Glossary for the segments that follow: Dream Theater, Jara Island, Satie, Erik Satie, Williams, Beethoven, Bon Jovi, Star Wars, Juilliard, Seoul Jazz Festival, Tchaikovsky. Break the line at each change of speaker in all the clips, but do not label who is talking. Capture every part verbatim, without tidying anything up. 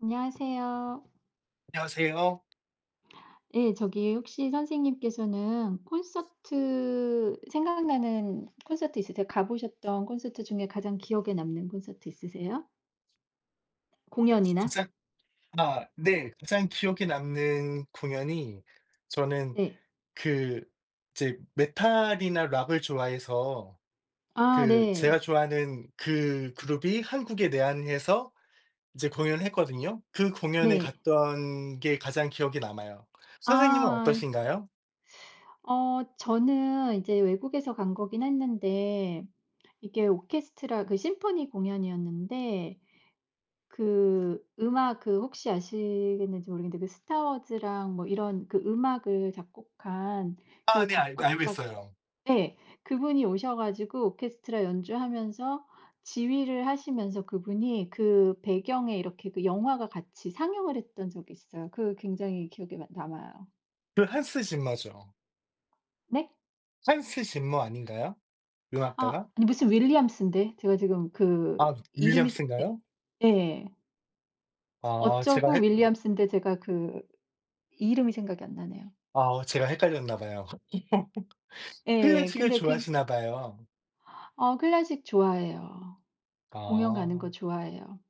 안녕하세요.
안녕하세요.
예, 저기 혹시 선생님께서는 콘서트 생각나는 콘서트 있으세요? 가 보셨던 콘서트 중에 가장 기억에 남는 콘서트 있으세요? 공연이나?
가장 아 네. 가장 기억에 남는 공연이 저는
네.
그 이제 메탈이나 락을 좋아해서
아
그
네.
제가 좋아하는 그 그룹이 한국에 내한해서 이제 공연을 했거든요. 그 공연에
네.
갔던 게 가장 기억에 남아요. 선생님은
아
어떠신가요?
어 저는 이제 외국에서 간 거긴 했는데 이게 오케스트라 그 심포니 공연이었는데 그 음악 그 혹시 아시겠는지 모르겠는데 그 스타 워즈랑 뭐 이런 그 음악을 작곡한
아
그
네. 알고 알고
작곡가
있어요.
예. 그분이 오셔 가지고 오케스트라 연주하면서 지휘를 하시면서 그분이 그 배경에 이렇게 그 영화가 같이 상영을 했던 적이 있어요. 그거 굉장히 기억에 마 남아요.
그 한스 짐머죠.
네?
한스 짐머 아닌가요?
아
음악가가?
아니 무슨 윌리엄스인데. 제가 지금 그
아
이름이 세
윌리엄스인가요?
예 예.
아 제가
어쩌고
헷
윌리엄스인데 제가 그 이름이 생각이 안 나네요.
아 제가 헷갈렸나 봐요.
예.
클래식을
근데 굉
좋아하시나 봐요.
어 클래식 좋아해요. 그 공연 가는 거
아.
좋아해요.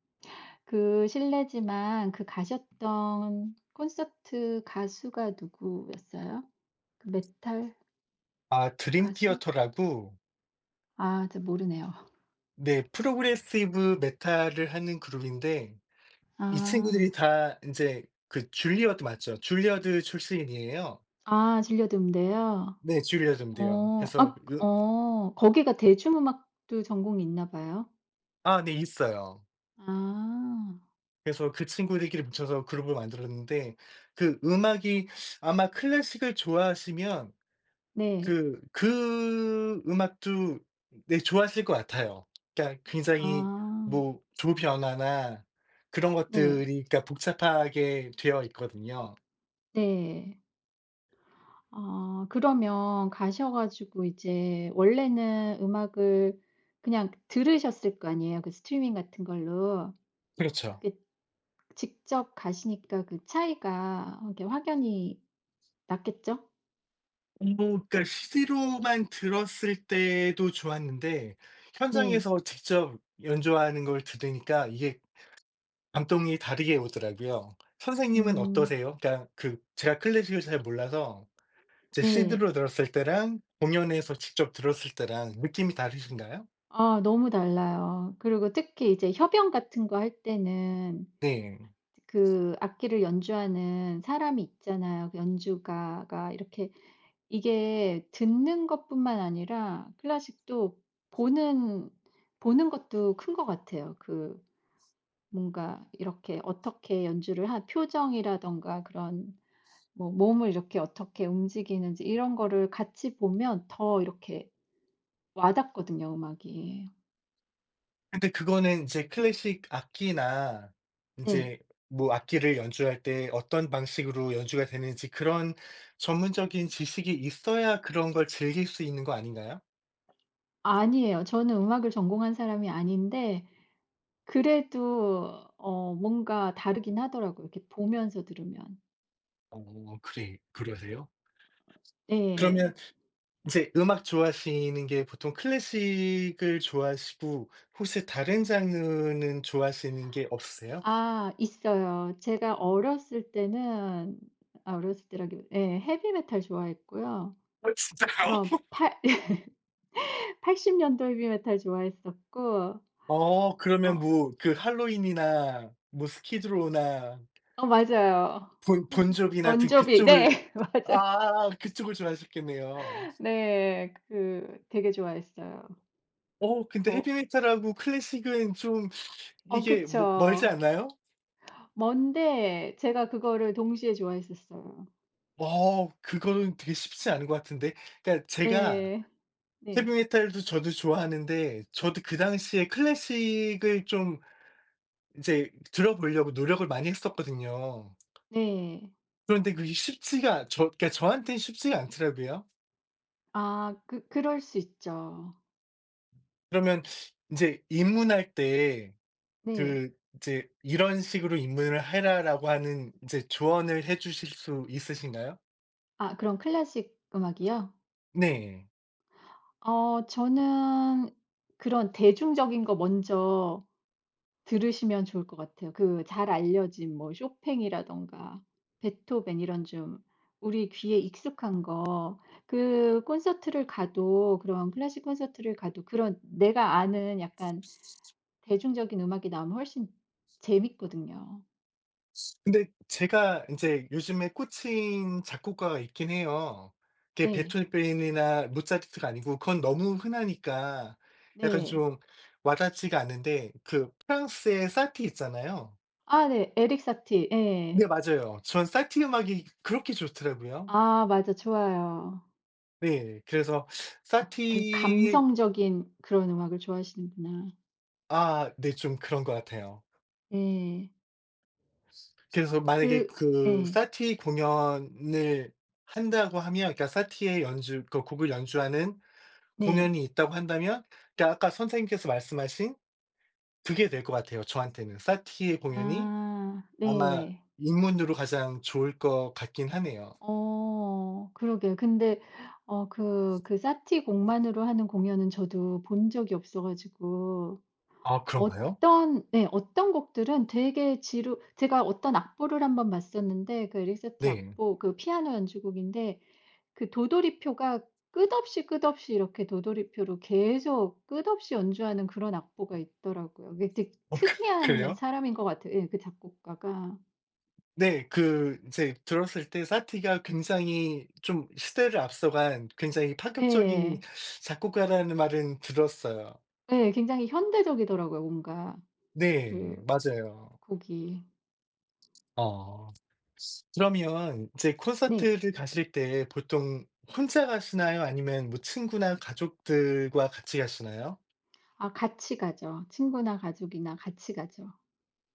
그 실례지만 그 가셨던 콘서트 가수가 누구였어요? 그 메탈
아 드림
가수?
티어터라고.
아 저 모르네요.
네, 프로그레시브 메탈을 하는 그룹인데 이 친구들이
아.
다 이제 그 줄리어드 맞죠? 줄리어드 출신이에요.
아 진료음대요?
네, 줄리어드인데요.
어. 아
그래서 으
어 거기가 대중음악도 전공이 있나 봐요?
아 네, 있어요.
아.
그래서 그 친구들끼리 뭉쳐서 그룹을 만들었는데 그 음악이 아마 클래식을 좋아하시면
네.
그 그 음악도, 네, 좋았을 것 같아요. 그러니까 굉장히
아.
뭐 조 변화나 그런 것들이
네.
그러니까 복잡하게 되어 있거든요.
네. 아 그러면 가셔 가지고 이제 원래는 음악을 그냥 들으셨을 거 아니에요, 그 스트리밍 같은 걸로.
그렇죠.
그게 직접 가시니까 그 차이가 이렇게 확연히 났겠죠?
음 뭐 그러니까 씨디로만 들었을 때도 좋았는데
네.
현장에서 직접 연주하는 걸 들으니까 이게 감동이 다르게 오더라고요. 선생님은
음
어떠세요? 그러니까 그 제가 클래식을 잘 몰라서 이제
네.
씨디로 들었을 때랑 공연에서 직접 들었을 때랑 느낌이 다르신가요?
아 너무 달라요. 그리고 특히 이제 협연 같은 거 할 때는
네.
그 악기를 연주하는 사람이 있잖아요, 그 연주가가 이렇게 이게 듣는 것뿐만 아니라 클래식도 보는 보는 것도 큰 것 같아요. 그 뭔가 이렇게 어떻게 연주를 한 표정이라든가 그런 뭐 몸을 이렇게 어떻게 움직이는지 이런 거를 같이 보면 더 이렇게 와닿거든요, 음악이.
근데 그거는 이제 클래식 악기나
네.
인제 뭐 악기를 연주할 때 어떤 방식으로 연주가 되는지 그런 전문적인 지식이 있어야 그런 걸 즐길 수 있는 거 아닌가요?
아니에요. 저는 음악을 전공한 사람이 아닌데 그래도 어 뭔가 다르긴 하더라고요, 이렇게 보면서 들으면.
어 그래, 그러세요?
네.
그러면 인제 음악 좋아하시는 게 보통 클래식을 좋아하시고 혹시 다른 장르는 좋아하시는 게 없으세요?
아 있어요. 제가 어렸을 때는 아 어렸을 때라기 예 헤비메탈 좋아했고요.
어
그
진짜요?
럼팔 80 년도 헤비메탈 좋아했었고
어
어
그러면 뭐 그 할로윈이나 뭐 스키드로우나
어 맞아요.
본 본조비나
어
은
조비
그쪽을.
네 맞아요.
아, 그쪽을 좋아하셨겠네요.
네. 그 되게 좋아했어요.
어 근데
거
헤비메탈하고 클래식은 좀
어
이게 뭐 멀지
그쵸.
않나요?
먼데 제가 그거를 동시에 좋아했었어요.
어 그거는 되게 쉽지 않은 것 같은데. 그러니까 제가
네. 네.
헤비메탈도 저도 좋아하는데 저도 그 당시에 클래식을 좀 이제 들어보려고 노력을 많이 했었거든요.
네.
그런데 그게 쉽지가, 저 그러니까 저한테는 쉽지가 않더라고요.
아 그 그럴 수 있죠.
그러면 이제 입문할 때
네.
그 이제 "이런 식으로 입문을 해라."라고 하는 이제 조언을 해 주실 수 있으신가요?
아 그럼 클래식 음악이요?
네.
어 저는 그런 대중적인 거 먼저 들으시면 좋을 것 같아요. 그 잘 알려진 뭐 쇼팽이라든가 베토벤 이런 좀 우리 귀에 익숙한 거. 그 콘서트를 가도 그런 클래식 콘서트를 가도 그런 내가 아는 약간 대중적인 음악이 나오면 훨씬 재밌거든요.
근데 제가 인제 요즘에 꽂힌 작곡가가 있긴 해요. 그게
네.
베토벤이나 모차르트가 아니고 그건 너무 흔하니까 약간
네.
좀 와 닿지가 않는데 그 프랑스의 사티 있잖아요.
아 네. 에릭 사티. 예.
네 맞아요. 전 사티 음악이 그렇게 좋더라고요.
아 맞아. 좋아요.
네. 그래서
아 되게
사티.
감성적인 그런 음악을 좋아하시는구나.
아 네. 좀 그런 것 같아요.
네.
그래서 만약에
그
그
네
사티 공연을 한다고 하면, 그러니까 사티의 연주 그 곡을 연주하는
네.
공연이 있다고 한다면, 그러니까 아까 선생님께서 말씀하신 그게 될 것 같아요, 저한테는. 사티의 공연이
아
아마
네.
입문으로 가장 좋을 것 같긴 하네요.
어 그러게요. 근데 어 그 그 사티 곡만으로 하는 공연은 저도 본 적이 없어 가지고
아 그런가요?
어떤 네 어떤 곡들은 되게 지루 제가 어떤 악보를 한번 봤었는데 그 리사티
네.
악보 그 피아노 연주곡인데 그 도돌이표가 끝없이, 끝없이 이렇게 도돌이표로 계속 끝없이 연주하는 그런 악보가 있더라고요. 그게 되게
어 그
특이한
그래요?
사람인 것 같아요. 예 그 작곡가가.
네. 그 이제 들었을 때 사티가 굉장히 좀 시대를 앞서간 굉장히 파격적인
예.
작곡가라는 말은 들었어요.
예 굉장히 현대적이더라고요 뭔가 그
네. 맞아요.
곡이.
어. 그러면 이제
네.
콘서트를 가실 때 보통 혼자 가시나요? 아니면 뭐 친구나 가족들과 같이 가시나요?
아 같이 가죠. 친구나 가족이나 같이 가죠.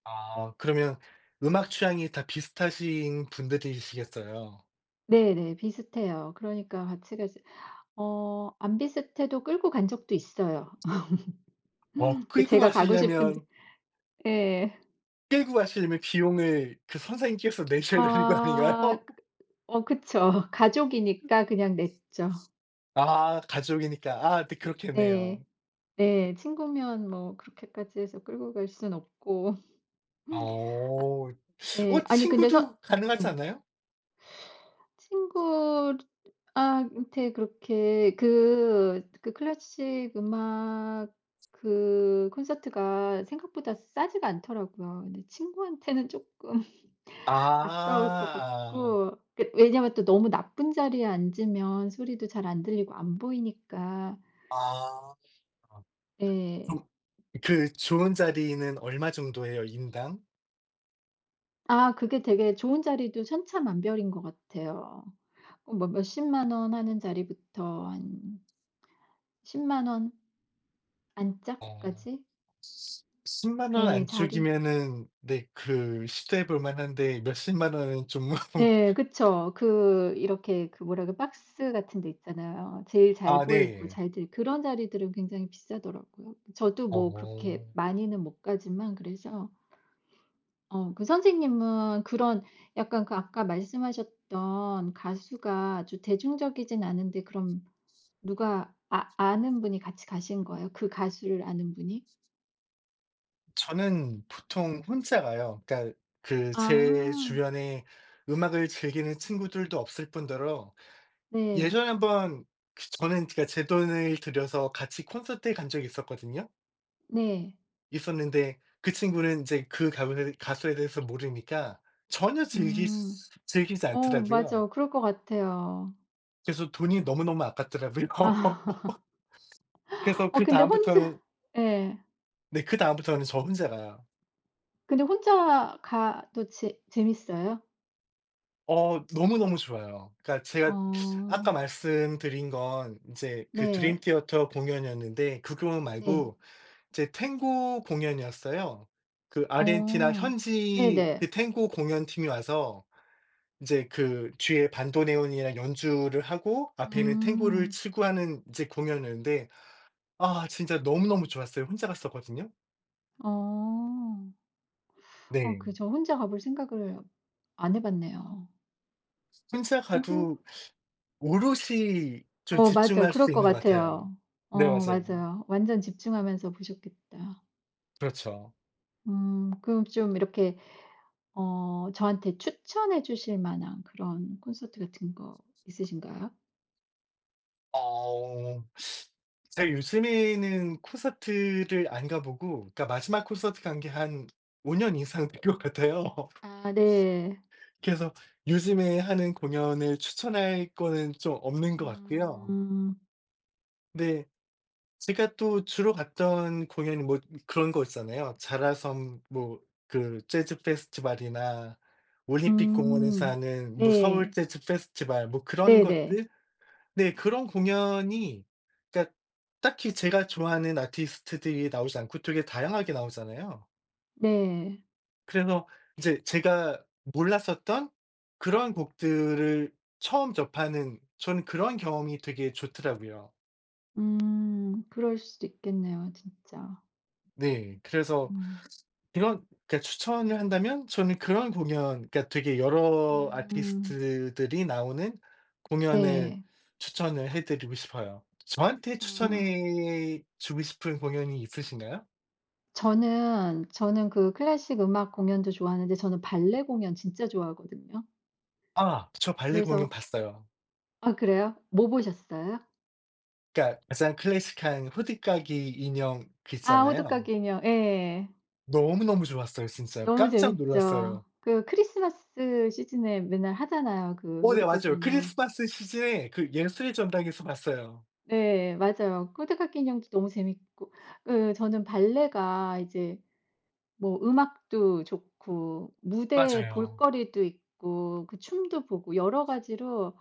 아 그러면 음악 취향이 다 비슷하신 분들이시겠어요.
네네. 비슷해요. 그러니까 같이 가지 어 안 비슷해도 끌고 간 적도 있어요.
어
그
끌고
제가 가고 싶은데
가시려면
예.
끌고 가시려면 비용을 그 선생님께서 내셔야 되는 거 아닌가요?
아. 어 그쵸. 가족이니까 그냥 냈죠.
아 가족이니까. 아 네,
네.
그렇겠네요.
네. 친구면 뭐 그렇게까지 해서 끌고 갈 순 없고.
어. 어
예. 아니 근데 서
친구도 가능하지
예.
않아요?
친구 아 한테 그렇게 그 그 클래식 음악 그 콘서트가 생각보다 싸지가 않더라고요. 근데 친구한테는 쪼끔 아까울 것
아.
같고 그 왜냐면 또 너무 나쁜 자리에 앉으면 소리도 잘 안 들리고 안 보이니까.
아.
예.
좀 그 좋은 자리는 얼마 정도 해요, 인당?
아 그게 되게 좋은 자리도 천차만별인 것 같아요. 어 뭐 몇십만 원 하는 자리부터 한 십 원
어.
안짝까지
십 영 원
네, 자리
안쪽이면은 네, 그 시도해 볼 만한데 몇십만 원은 좀.
네 그쵸. 그 이렇게 그 뭐라 그 박스 같은 데 있잖아요. 제일 잘
아
보이고
네.
잘들 그런 자리들은 굉장히 비싸더라고요. 저도 뭐 그렇게
어.
많이는 못 가지만 그래서 어 그 선생님은 그런 약간 그 아까 말씀하셨던 가수가 아주 대중적이진 않은데 그런 누가 아 아는 분이 같이 가신 거예요? 그 가수를 아는 분이?
저는 보통 혼자 가요. 그러니까 그 제
아.
주변에 음악을 즐기는 친구들도 없을 뿐더러
네.
예전에 한번 그 저는 그러니까 제 돈을 들여서 같이 콘서트에 간 적이 있었거든요.
네.
있었는데 그 친구는 이제 그 가수에 가수에 대해서 모르니까 전혀 즐기
음.
즐기지
어 맞아.
않더라고요.
그럴 것 같아요.
그래서 돈이 너무너무 아깝더라고요.
아,
그래서
어 근데 혼자
그다음부터는
예.
네 그다음부터는 저 혼자 가요.
근데 혼자 가도 재 재밌어요?
어 너무너무 좋아요. 그러니까
어.
제가 아까 말씀드린 건 이제 그 드림
네.
티어터 공연이었는데 그 공연
네.
말고 이제 탱고 공연이었어요. 그 아르헨티나
어.
현지 그
네네.
탱고 공연팀이 와서 이제 그 뒤에 반도네온이랑 연주를 하고 앞에는 탱고를
음.
치고 하는 이제 공연이었는데 아 진짜 너무너무 좋았어요. 혼자 갔었거든요.
어. 어
네.
그 저 혼자 가볼 생각을 안 해 봤네요.
혼자
어혼
가도 오롯이 좀
어 맞아.
집중할 수
그럴 것
있는 것 같아요.
같아요.
네
어
맞아요.
맞아요. 완전 집중하면서 보셨겠다.
그렇죠.
음 그럼 좀 이렇게 어 저한테 추천해 주실 만한 그런 콘서트 같은 거 있으신가요?
어. 제가 요즘에는 콘서트를 안 가보고 그러니까 마지막 콘서트 간 게 한 오 년 이상 된 것 같아요.
아 네.
그래서 요즘에 하는 공연을 추천할 거는 좀 없는 것 같고요.
음.
네. 제가 또 주로 갔던 공연이 뭐 그런 거 있잖아요. 자라섬 뭐 그 재즈 페스티벌이나 올림픽 공원에서
음.
하는 뭐 서울
네.
재즈 페스티벌 뭐 그런
네네.
것들? 네. 그런 공연이 그러니까 딱히 제가 좋아하는 아티스트들이 나오지 않고 되게 다양하게 나오잖아요.
네.
그래서 이제 제가 몰랐었던 그런 곡들을 처음 접하는, 저는 그런 경험이 되게 좋더라고요.
음 그럴 수도 있겠네요 진짜.
네. 그래서
음.
이런, 그러니까 추천을 한다면 저는 그런 공연, 그러니까 되게 여러
음.
아티스트들이 나오는 공연을
네.
추천을 해 드리고 싶어요. 저한테
아.
추천해 주고 싶은 공연이 있으신가요?
저는 저는 그 클래식 음악 공연도 좋아하는데 저는 발레 공연 진짜 좋아하거든요.
아 저 발레 공연
그래서
봤어요.
아 그래요? 뭐 보셨어요?
그러니까 가장 클래식한 호들갑이 인형 그
아
있잖아요.
호두까기 인형. 예.
너무너무 좋았어요 진짜.
너무
깜짝
재밌죠.
놀랐어요.
그 크리스마스 시즌에 맨날 하잖아요, 그
어 네
호두까기
맞아요.
인형.
크리스마스 시즌에 그 예술의 전당에서 봤어요.
네 맞아요. 호두까기 인형도 너무 재밌고 그 저는 발레가 이제 뭐 음악도 좋고 무대
맞아요.
볼거리도 있고 그 춤도 보고 여러 가지로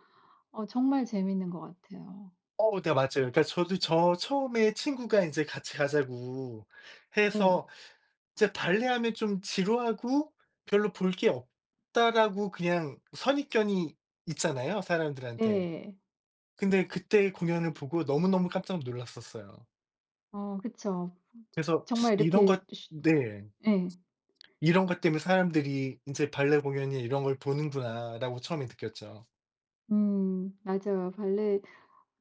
어 정말 재밌는 것 같아요.
어 네 맞아요. 그러니까 저도 저 처음에 친구가 이제 같이 가자고
네.
해서 이제 발레하면 좀 지루하고 별로 볼 게 없다라고 그냥 선입견이 있잖아요, 사람들한테.
네.
근데 그때 공연을 보고 너무너무 깜짝 놀랐었어요.
어 그쵸.
그래서
정말
이런
이렇게
것,
쉬
네.
예.
'이런 것 때문에 사람들이 이제 발레 공연이 이런 걸 보는구나.'라고 처음에 느꼈죠.
음 맞아요. 발레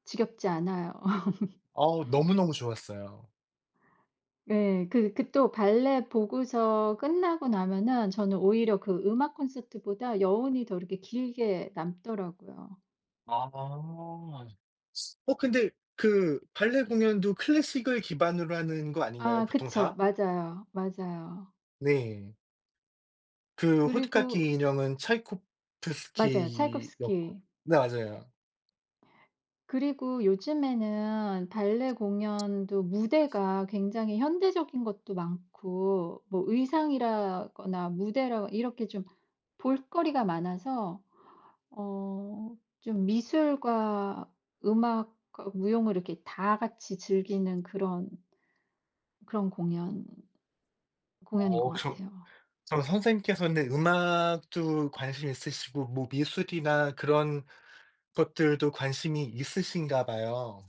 지겹지 않아요.
어우 너무너무 좋았어요.
예. 그 그 또 발레 보고서 끝나고 나면은 저는 오히려 그 음악 콘서트보다 여운이 더 이렇게 길게 남더라고요.
아. 어 근데 그 발레 공연도 클래식을 기반으로 하는 거 아닌가요
아
보통
그쵸.
다?
맞아요, 맞아요.
네. 그
그리고
호드카키 인형은
맞아요.
차이코프스키였고
차이콥스키.
네 맞아요.
그리고 요즘에는 발레 공연도 무대가 굉장히 현대적인 것도 많고 뭐 의상이라거나 무대라 이렇게 좀 볼거리가 많아서 어 좀 미술과 음악과 무용을 이렇게 다 같이 즐기는 그런 그런 공연 공연인 것
어 그럼
같아요.
그럼 선생님께서는 음악도 관심 있으시고 뭐 미술이나 그런 것들도 관심이 있으신가 봐요.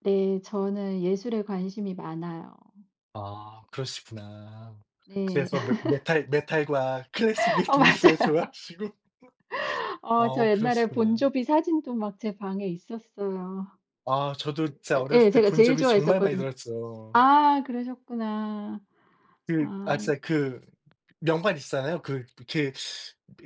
네. 저는 예술에 관심이 많아요.
아 그러시구나.
네.
그래서 메 메탈 메탈과 클래식을
어
동시에
맞아요.
좋아하시고
어 저
어
옛날에
그러시구나.
본조비 사진도 막 제 방에 있었어요.
아 저도 진짜
아
어렸을
예.
때
제가 제일
본조비 정말 많이
좋아했었거든요.
들었죠.
아 그러셨구나.
그 아
아.
진짜 그 명반 있잖아요. 그 이렇게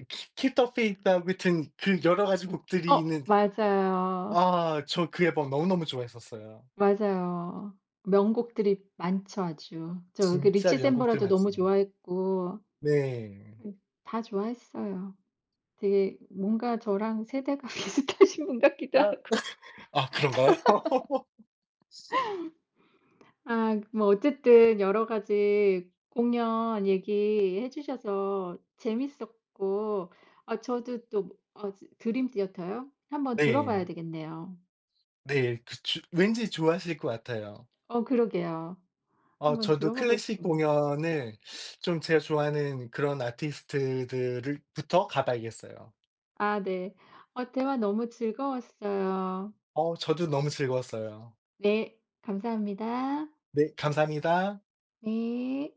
키 Keep the Faith하고 하여튼 그 여러 가지 곡들이
어
있는
맞아요.
아 저 그 앨범 너무너무 좋아했었어요.
맞아요. 명곡들이 많죠 아주. 저 그
진짜
리치
명곡들
샌버라도 너무
많죠.
좋아했고
네.
그 다 좋아했어요. 되게 뭔가 저랑 세대가 비슷하신 분 같기도
아
하고.
아 그런가요?
아 뭐 어쨌든 여러 가지 공연 얘기해 주셔서 재밌었고 아 저도 또 어 드림 티어터요? 한번 들어봐야
네.
되겠네요.
네. 그 주 왠지 좋아하실 것 같아요.
어 그러게요.
아
한번
저도 클래식
들어보겠습니다.
공연을 좀 제가 좋아하는 그런 아티스트들을 부터 가 봐야겠어요.
아 네. 어 대화 너무 즐거웠어요.
어 저도 너무 즐거웠어요.
네. 감사합니다.
네 감사합니다.
네.